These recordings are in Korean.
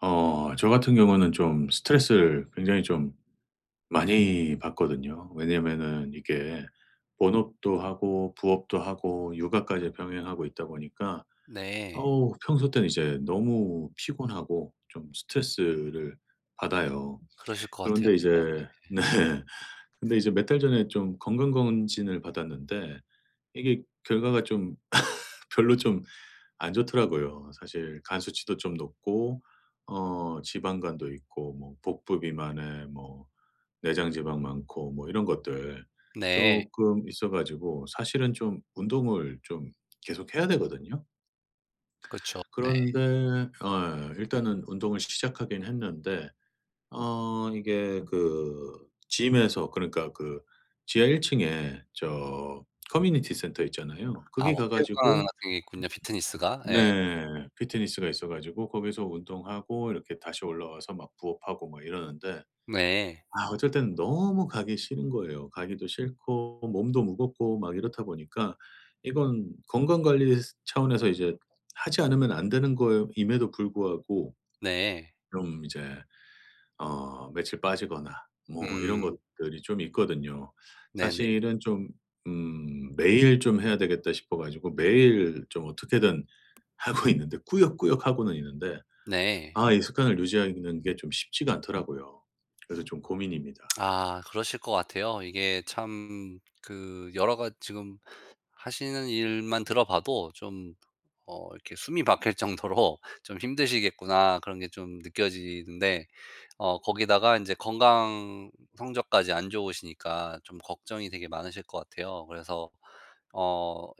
저 같은 경우는 좀 스트레스를 굉장히 좀 많이 받거든요. 왜냐면은 이게 본업도 하고 부업도 하고 육아까지 병행하고 있다 보니까 네. 어우, 평소 때는 이제 너무 피곤하고 좀 스트레스를 받아요. 그러실 것 같아요. 그런데 이제 네. 근데 이제 몇 달 전에 좀 건강검진을 받았는데 이게 결과가 좀 별로 좀 안 좋더라고요. 사실 간 수치도 좀 높고 지방간도 있고 뭐 복부 비만에 뭐 내장 지방 많고 뭐 이런 것들 네. 쪼끔 있어 가지고 사실은 좀 운동을 좀 계속 해야 되거든요. 그렇죠. 네. 그런데 예, 일단은 운동을 시작하긴 했는데 이게 그 gym에서, 그러니까 그 지하 1 층에 저 커뮤니티 센터 있잖아요. 아 거기 뭐 가 체육관 가지고 같은 게 있군요, 피트니스가. 예. 네. 피트니스가 있어 가지고 거기서 운동하고 이렇게 다시 올라와서 막 부업하고 막 이러는데, 네. 아, 어쩔 때는 너무 가기 싫은 거예요. 가기도 싫고 몸도 무겁고 막 이렇다 보니까 이건 건강 관리 차원에서 이제 하지 않으면 안 되는 거 임에도 불구하고 네. 좀 이제 며칠 빠지거나 뭐 음. 이런 것들이 좀 있거든요. 네네. 사실은 좀 매일 좀 해야 되겠다 싶어 가지고 매일 좀 어떻게든 하고 있는데, 꾸역꾸역 하고는 있는데, 네. 아, 이 습관을 유지하는 게 좀 쉽지가 않더라고요. 그래서 좀 고민입니다. 아 그러실 것 같아요. 이게 참 그 여러 가지 지금 하시는 일만 들어봐도 좀 이렇게 숨이 막힐 정도로 '좀 힘드시겠구나.' 그런 게 좀 느껴지는데 거기다가 이제 건강 성적까지 안 좋으시니까 좀 걱정이 되게 많으실 것 같아요. 그래서 어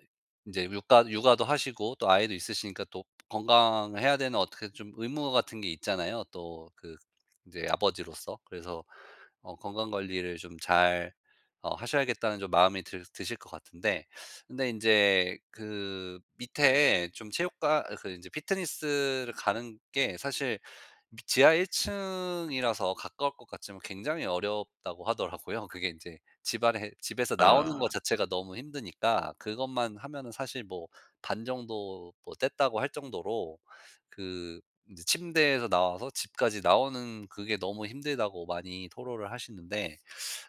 이제 육아도 하시고 또 아이도 있으시니까 또 건강해야 되는 어떻게 좀 의무 같은 게 있잖아요, 또그제 아버지로서. 그래서 건강 관리를 좀 잘 하셔야겠다는 좀 마음이 들 드실 것 같은데, 근데 이제 그 밑에 좀 체육과 그 이제 피트니스를 가는 게 사실 지하 1 층이라서 가까울 것 같지만 굉장히 어렵다고 하더라고요. 그게 이제 집안에 집에서 나오는 것 아. 자체가 너무 힘드니까, 그것만 하면은 사실 뭐 반 정도 뭐 뗐다고 할 정도로, 그 제 침대에서 나와서 집까지 나오는 그게 너무 힘들다고 많이 토로를 하시는데.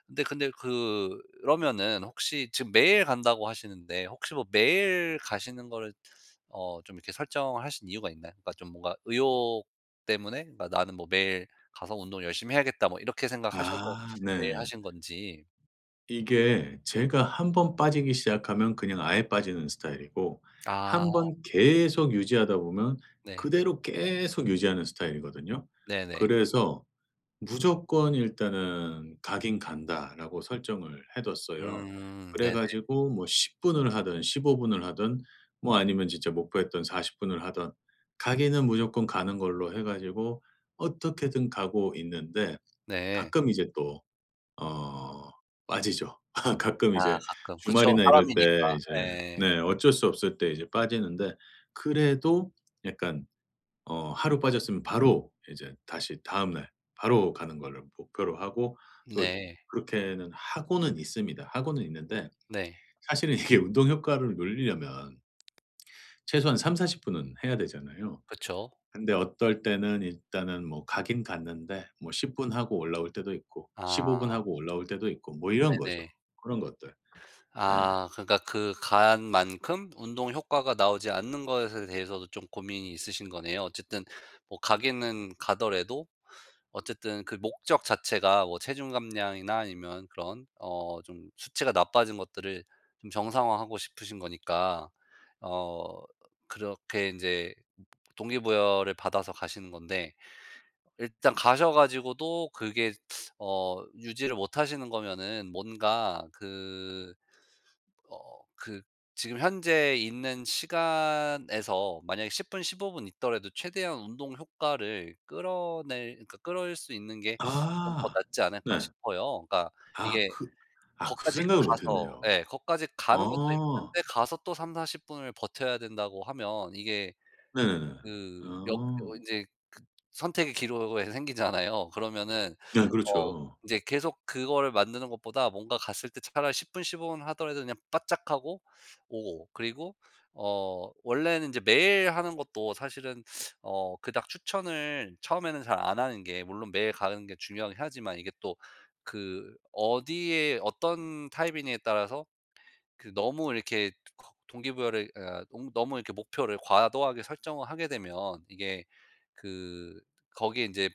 근데 그러면은 혹시 지금 매일 간다고 하시는데, 혹시 뭐 매일 가시는 거를 좀 이렇게 설정하신 이유가 있나요? 그러니까 좀 뭔가 의욕 때문에, 그러니까 '나는 뭐 매일 가서 운동 열심히 해야겠다.' 뭐 이렇게 생각하셔서 아, 매일 네. 하신 건지. 이게 제가 한번 빠지기 시작하면 그냥 아예 빠지는 스타일이고, 아 한번 계속 유지하다 보면 네. 그대로 계속 유지하는 스타일이거든요. 네네. 그래서 무조건 일단은 "가긴 간다."라고 설정을 해 뒀어요. 그래 네네. 가지고 뭐 10 분을 하든, 15 분을 하든, 뭐 아니면 진짜 목표했던 40 분을 하든, 가기는 무조건 가는 걸로 해 가지고 어떻게든 가고 있는데, 네. 가끔 이제 또 어 빠지죠. 가끔 아 이제 가끔. 그쵸. 주말이나 이럴 사람이니까. 때 이제, 네 네, 어쩔 수 없을 때 이제 빠지는데, 그래도 약간 하루 빠졌으면 바로 이제 다시 다음 날 바로 가는 거를 목표로 하고, 또 네. 그렇게는 하고는 있습니다. 하고는 있는데 네. 사실은 이게 운동 효과를 놀리려면 최소한 3사4 0 분은 해야 되잖아요. 그쵸. 근데 어떨 때는 일단은 뭐 가긴 갔는데, 뭐 10분 하고 올라올 때도 있고, 15아 분 하고 올라올 때도 있고, 뭐 이런 거죠. 네네. 그런 것들. 네. 아 그러니까, 그 간 만큼 운동 효과가 나오지 않는 것에 대해서도 좀 고민이 있으신 거네요. 어쨌든 뭐 가기는 가더라도, 어쨌든 그 목적 자체가 뭐 체중 감량이나 아니면 그런 좀 수치가 나빠진 것들을 좀 정상화하고 싶으신 거니까, 어 그렇게 인제 동기부여를 받아서 가시는 건데, 일단 가셔 가지고도 그게 유지를 못 하시는 거면은, 뭔가 어 그 지금 현재 있는 시간에서 만약에 10분 15분 있더라도 최대한 운동 효과를 끌어낼, 그러니까 끌어올 수 있는 게 좀 더 아. 낫지 않을까 네. 싶어요. 그러니까 아 그 이게 아 그 거기까지 생각을 못 가서, 했네요. 예, 거기까지 가는 것도 어. 힘든데 가서 또3 4 0 분을 버텨야 된다고 하면, 이게 네네네. 그 역 어 어. 인제 그 선택의 기로에 생기잖아요. 그러면은 네, 어 그렇죠. 인제 계속 그거를 만드는 것보다 뭔가 갔을 때 차라리 10분 15분 하더라도 그냥 바짝 하고 오고, 그리고 원래는 인제 매일 하는 것도 사실은 그닥 추천을 처음에는 잘 안 하는 게, 물론 매일 가는 게 중요하긴 하지만 이게 또 그 어디에 어떤 타입이냐에 따라서 그 너무 이렇게 거 동기부여를, 아 너무 너무 이렇게 목표를 과도하게 설정을 하게 되면, 이게 그 거기에 이제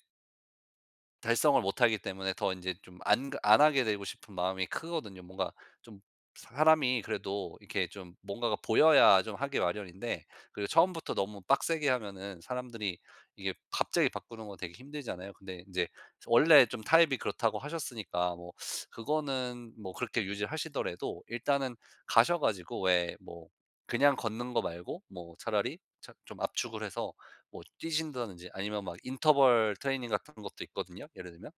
달성을 못하기 때문에 더 이제 좀 안 하게 되고 싶은 마음이 크거든요. 뭔가 좀, 사람이 그래도 이렇게 좀 뭔가가 보여야 좀 하기 마련인데, 그리고 처음부터 너무 빡세게 하면은 사람들이 이게 갑자기 바꾸는 거 되게 힘들잖아요. 근데 인제 원래 좀 타입이 그렇다고 하셨으니까, 뭐 그거는 뭐 그렇게 유지하시더라도 일단은 가셔 가지고, 왜 뭐 그냥 걷는 거 말고 뭐 차라리 차 좀 압축을 해서 뭐 뛰신다든지, 아니면 막 인터벌 트레이닝 같은 것도 있거든요, 예를 들면.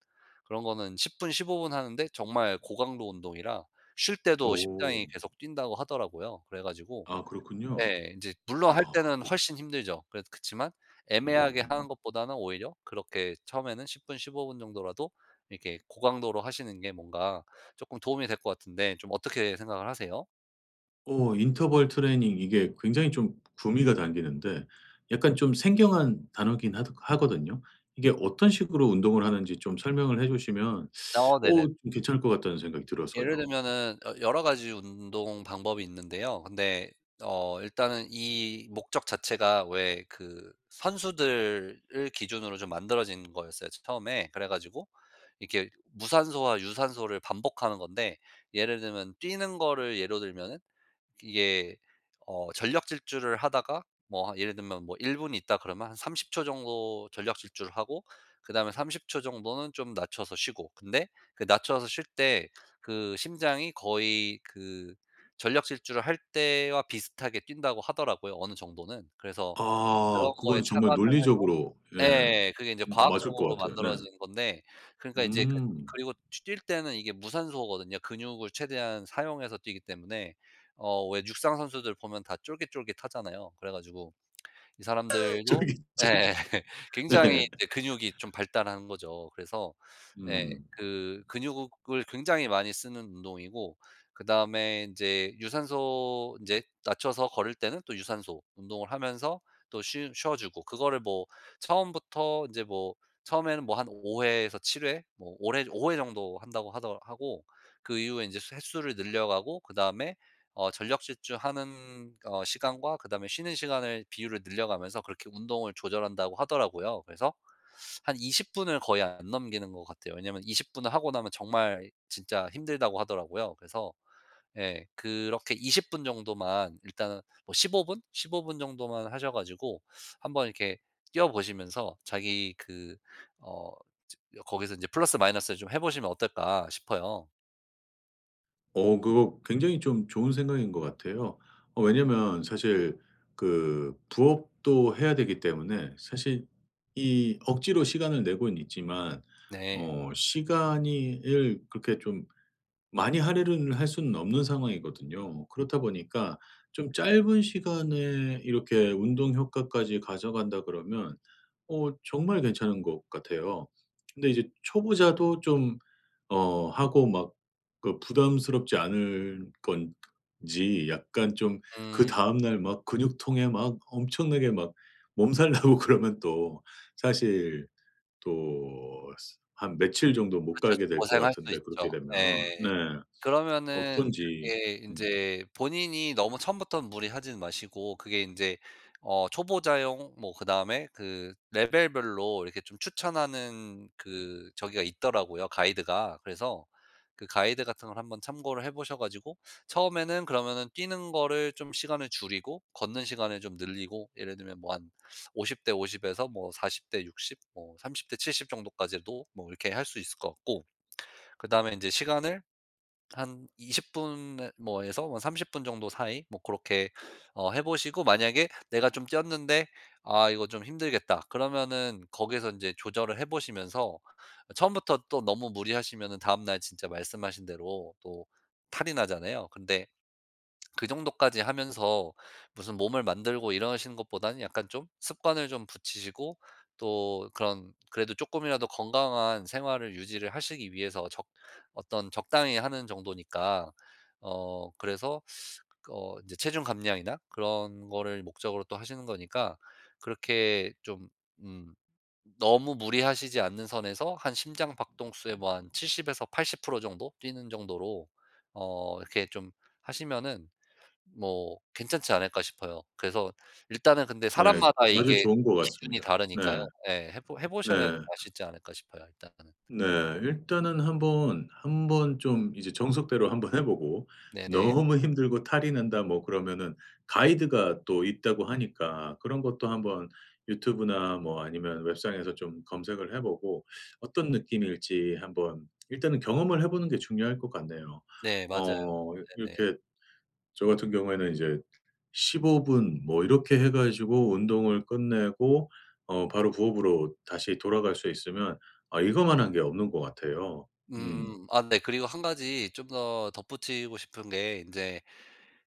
그런 거는 10분 15분 하는데 정말 고강도 운동이라 쉴 때도 오. 심장이 계속 뛴다고 하더라고요. 그래 가지고 아, 그렇군요. 예, 인제 물론 할 아. 때는 훨씬 힘들죠. 그래도 그치만 애매하게 음. 하는 것보다는 오히려 그렇게 처음에는 10분 15분 정도라도 이렇게 고강도로 하시는 게 뭔가 쪼끔 도움이 될 것 같은데, 좀 어떻게 생각을 하세요? 인터벌 트레이닝, 이게 굉장히 좀 구미가 당기는데 약간 좀 생경한 단어긴 하드 하거든요. 이게 어떤 식으로 운동을 하는지 좀 설명을 해 주시면 네네. 좀 괜찮을 것 같다는 생각이 예를 들어서요. 들면은 여 여러 가지 운동 방법이 있는데요. 근데 일단은 이 목적 자체가 왜 그 선수들을 기준으로 좀 만들어진 거였어요, 처음에. 그래 가지고 이렇게 무산소와 유산소를 반복하는 건데, 예를 들면 뛰는 거를 예로 들면은, 이게 전력 질주를 하다가 뭐 예를 들면 뭐 1분 있다 그러면 한 30초 정도 전력 질주를 하고, 그다음에 30초 정도는 좀 낮춰서 쉬고, 근데 그 낮춰서 쉴 때 그 심장이 거의 그 전력 질주를 할 때와 비슷하게 뛴다고 하더라고요, 어느 정도는. 그래서 그런 아, 거에 그건 정말 착안을 해서, 논리적으로, 예, 예. 그게 인제 맞을 것 과학적으로 같아요. 네. 만들어진 건데, 그러니까 이제 음. 그리고 찌 뛸 때는 이게 무산소거든요. 근육을 최대한 사용해서 뛰기 때문에 왜 육상 선수들 보면 다 쫄깃쫄깃하잖아요. 그래 가지고 이 사람들도. 쫄깃쫄깃. 예. 굉장히 네. 이제 근육이 좀 발달한 거죠. 그래서, 예, 음. 그 근육을 굉장히 많이 쓰는 운동이고, 그다음에 인제 유산소, 인제 낮춰서 걸을 때는 또 유산소 운동을 하면서 또 쉬 쉬어 주고, 그거를 뭐 처음부터 인제 뭐 처음에는 뭐 한 5 회에서 7회 뭐 5 회 5 회 정도 한다고 하더 하고, 그 이후에 인제 수 횟수를 늘려가고, 그다음에 전력 질주하는 시간과 그다음에 쉬는 시간을 비율을 늘려가면서 그렇게 운동을 조절한다고 하더라고요. 그래서 한 20 분을 거의 안 넘기는 것 같아요. 왜냐면 20 분을 하고 나면 정말 진짜 힘들다고 하더라고요. 그래서 예 그렇게 20분 정도만 일단은, 뭐 15 분, 15분 정도만 하셔 가지고 한번 이렇게 뛰어 보시면서 자기 어 거기서 이제 플러스 마이너스를 좀 해 보시면 어떨까 싶어요. 그거 굉장히 좀 좋은 생각인 것 같아요. 왜냐면 사실 그 부업도 해야 되기 때문에 사실 이 억지로 시간을 내고는 있지만, 네. 시간이 을 그렇게 좀 많이 할애를 할 수는 없는 상황이거든요. 그렇다 보니까 좀 짧은 시간에 이렇게 운동 효과까지 가져간다 그러면 정말 괜찮은 것 같아요. 근데 이제 초보자도 좀 하고 막그 부담스럽지 않을 건지 약간 좀, 음. 그다음 날 막 근육통에 막 엄청나게 막 몸살 나고 그러면 또 사실 또 한 며칠 정도 못 그쵸, 가게 그쵸. 될 것 고생할 수 같은데 있죠. 그렇게 되면. 네. 예. 그러면은 어떤지. 그게 음. 인제 본인이 너무 처음부터는 무리하진 마시고, 그게 인제 초보자용 뭐 그다음에 그 레벨별로 이렇게 좀 추천하는 그 저기가 있더라고요, 가이드가. 그래서 그 가이드 같은 걸 한번 참고를 해 보셔 가지고, 처음에는 그러면은 뛰는 거를 좀 시간을 줄이고 걷는 시간을 좀 늘리고, 예를 들면 뭐 한 50대 50 에서 뭐 40대 60 뭐 30대 70 정도까지도 뭐 이렇게 할 수 있을 것 같고, 그다음에 이제 시간을 한 20분 뭐 에서 뭐 30분 정도 사이 뭐 그렇게 해 보시고, 만약에 내가 좀 뛰었는데 '아 이거 좀 힘들겠다.' 그러면은 거기서 이제 조절을 해 보시면서. 처음부터 또 너무 무리하시면은 다음날 진짜 말씀하신 대로 또 탈이 나잖아요. 근데 그 정도까지 하면서 무슨 몸을 만들고 이러시는 것보다는 약간 좀 습관을 좀 붙이시고, 또 그런, 그래도 조금이라도 건강한 생활을 유지를 하시기 위해서 적 어떤 적당히 하는 정도니까. 그래서 이제 체중 감량이나 그런 거를 목적으로 또 하시는 거니까 그렇게 좀 음 너무 무리하시지 않는 선에서 한 심장 박동수의 뭐 한 70 에서 80% 정도 뛰는 정도로 이렇게 좀 하시면은 뭐 괜찮지 않을까 싶어요. 그래서 일단은, 근데 네. 사람마다 아주 이게 좋은 것 기준이 같습니다. 네. 다르니까요. 예. 해보 해 보셔야 네. 아시지 않을까 싶어요, 일단은. 네. 일단은 한번, 한번 좀 이제 정석대로 한번 해 보고, 네네. 너무 힘들고 탈이 난다, 뭐 그러면은 가이드가 또 있다고 하니까 그런 것도 한번 유튜브나 뭐 아니면 웹상에서 좀 검색을 해 보고 어떤 느낌일지 한번 일단은 경험을 해 보는 게 중요할 것 같네요. 네 맞아요. 네네. 이렇게 저 같은 경우에는 이제 15분 뭐 이렇게 해 가지고 운동을 끝내고 바로 부업으로 다시 돌아갈 수 있으면, 아, 이거만한 게 없는 것 같아요. 음. 음음. 아 네. 그리고 한 가지 좀 더 덧붙이고 싶은 게 인제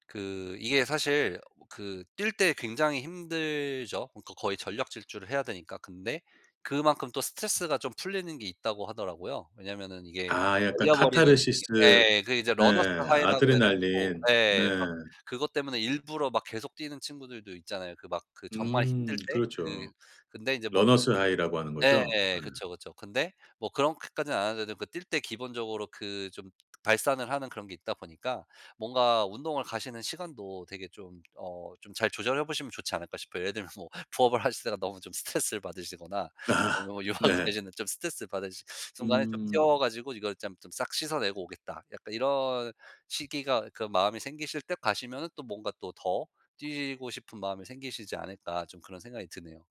그, 이게 사실 그 뛸 때 굉장히 힘들죠, 그러니까 거의 전력 질주를 해야 되니까. 근데 그만큼 또 스트레스가 좀 풀리는 게 있다고 하더라고요. 왜냐면은 이게 아, 날 약간 려버리는 느낌, 카타르시스. 예. 그게 이제 네. 러너스 하이라 그래 가지고, 아드레날린. 네. 예, 막 그것 때문에 일부러 막 계속 뛰는 친구들도 있잖아요, 그 막 그 정말 음, 힘들 때 그렇죠. 그. 근데 인제 뭐 러너스 하이라고 하는 예. 거죠? 예. 그쵸, 그쵸. 근데 뭐 그렇게까지는 안 하더라도 그 뛸 때 기본적으로 그 좀 발산을 하는 그런 게 있다 보니까, 뭔가 운동을 가시는 시간도 되게 좀 좀 잘 조절해 보시면 좋지 않을까 싶어요. 예를 들면 뭐 부업을 하시다가 너무 좀 스트레스를 받으시거나, 예. 아, 아니면 뭐 육아가 네. 시는 좀 스트레스를 받으시 순간에 좀 음. 뛰어 가지고 '이걸 짬 좀 싹 씻어내고 오겠다.' 약간 이런 시기가 그 마음이 생기실 때 가시면은 또 뭔가 또 더 뛰고 싶은 마음이 생기시지 않을까, 좀 그런 생각이 드네요.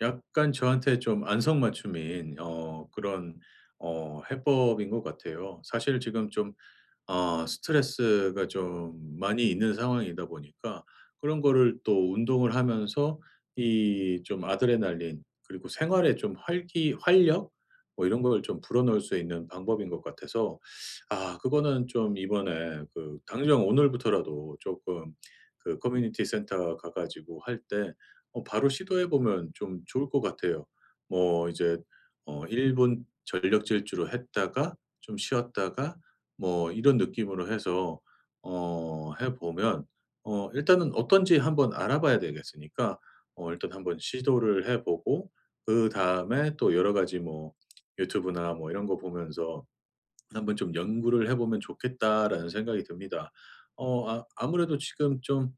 약간 저한테 좀 안성맞춤인 그런 해법인 것 같아요. 사실 지금 좀, 아, 스트레스가 좀 많이 있는 상황이다 보니까 그런 거를 또 운동을 하면서 이 좀 아드레날린, 그리고 생활에 좀 활기, 활력 뭐 이런 걸 좀 불어넣을 수 있는 방법인 것 같아서, 아, 그거는 좀 이번에 그 당장 오늘부터라도 조금 그 커뮤니티 센터 가 가지고 할 때 바로 시도해 보면 좀 좋을 것 같아요. 뭐 이제 1 분 전력 질주로 했다가 좀 쉬었다가 뭐 이런 느낌으로 해서 해 보면, 일단은 어떤지 한번 알아봐야 되겠으니까 일단 한번 시도를 해 보고, 그다음에 또 여러 가지 뭐 유튜브나 뭐 이런 거 보면서 '한번 좀 연구를 해 보면 좋겠다.'라는 생각이 듭니다. 아, 아무래도 지금 좀,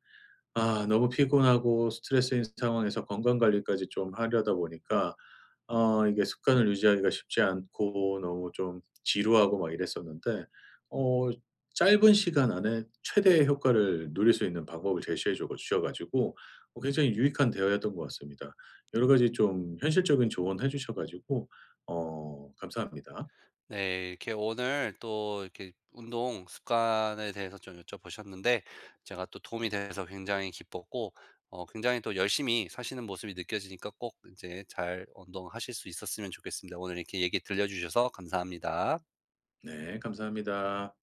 아, 너무 피곤하고 스트레스인 상황에서 건강 관리까지 좀 하려다 보니까 이게 습관을 유지하기가 쉽지 않고 너무 좀 지루하고 막 이랬었는데, 어 짧은 시간 안에 최대의 효과를 누릴 수 있는 방법을 제시해 줘 주셔 가지고 굉장히 유익한 대화였던 것 같습니다. 여러 가지 좀 현실적인 조언해 주셔 가지고 감사합니다. 네, 이렇게 오늘 또 이렇게 운동 습관에 대해서 좀 여쭤보셨는데, 제가 또 도움이 돼서 굉장히 기뻤고, 굉장히 또 열심히 사시는 모습이 느껴지니까 꼭 이제 잘 운동하실 수 있었으면 좋겠습니다. 오늘 이렇게 얘기 들려주셔서 감사합니다. 네, 감사합니다.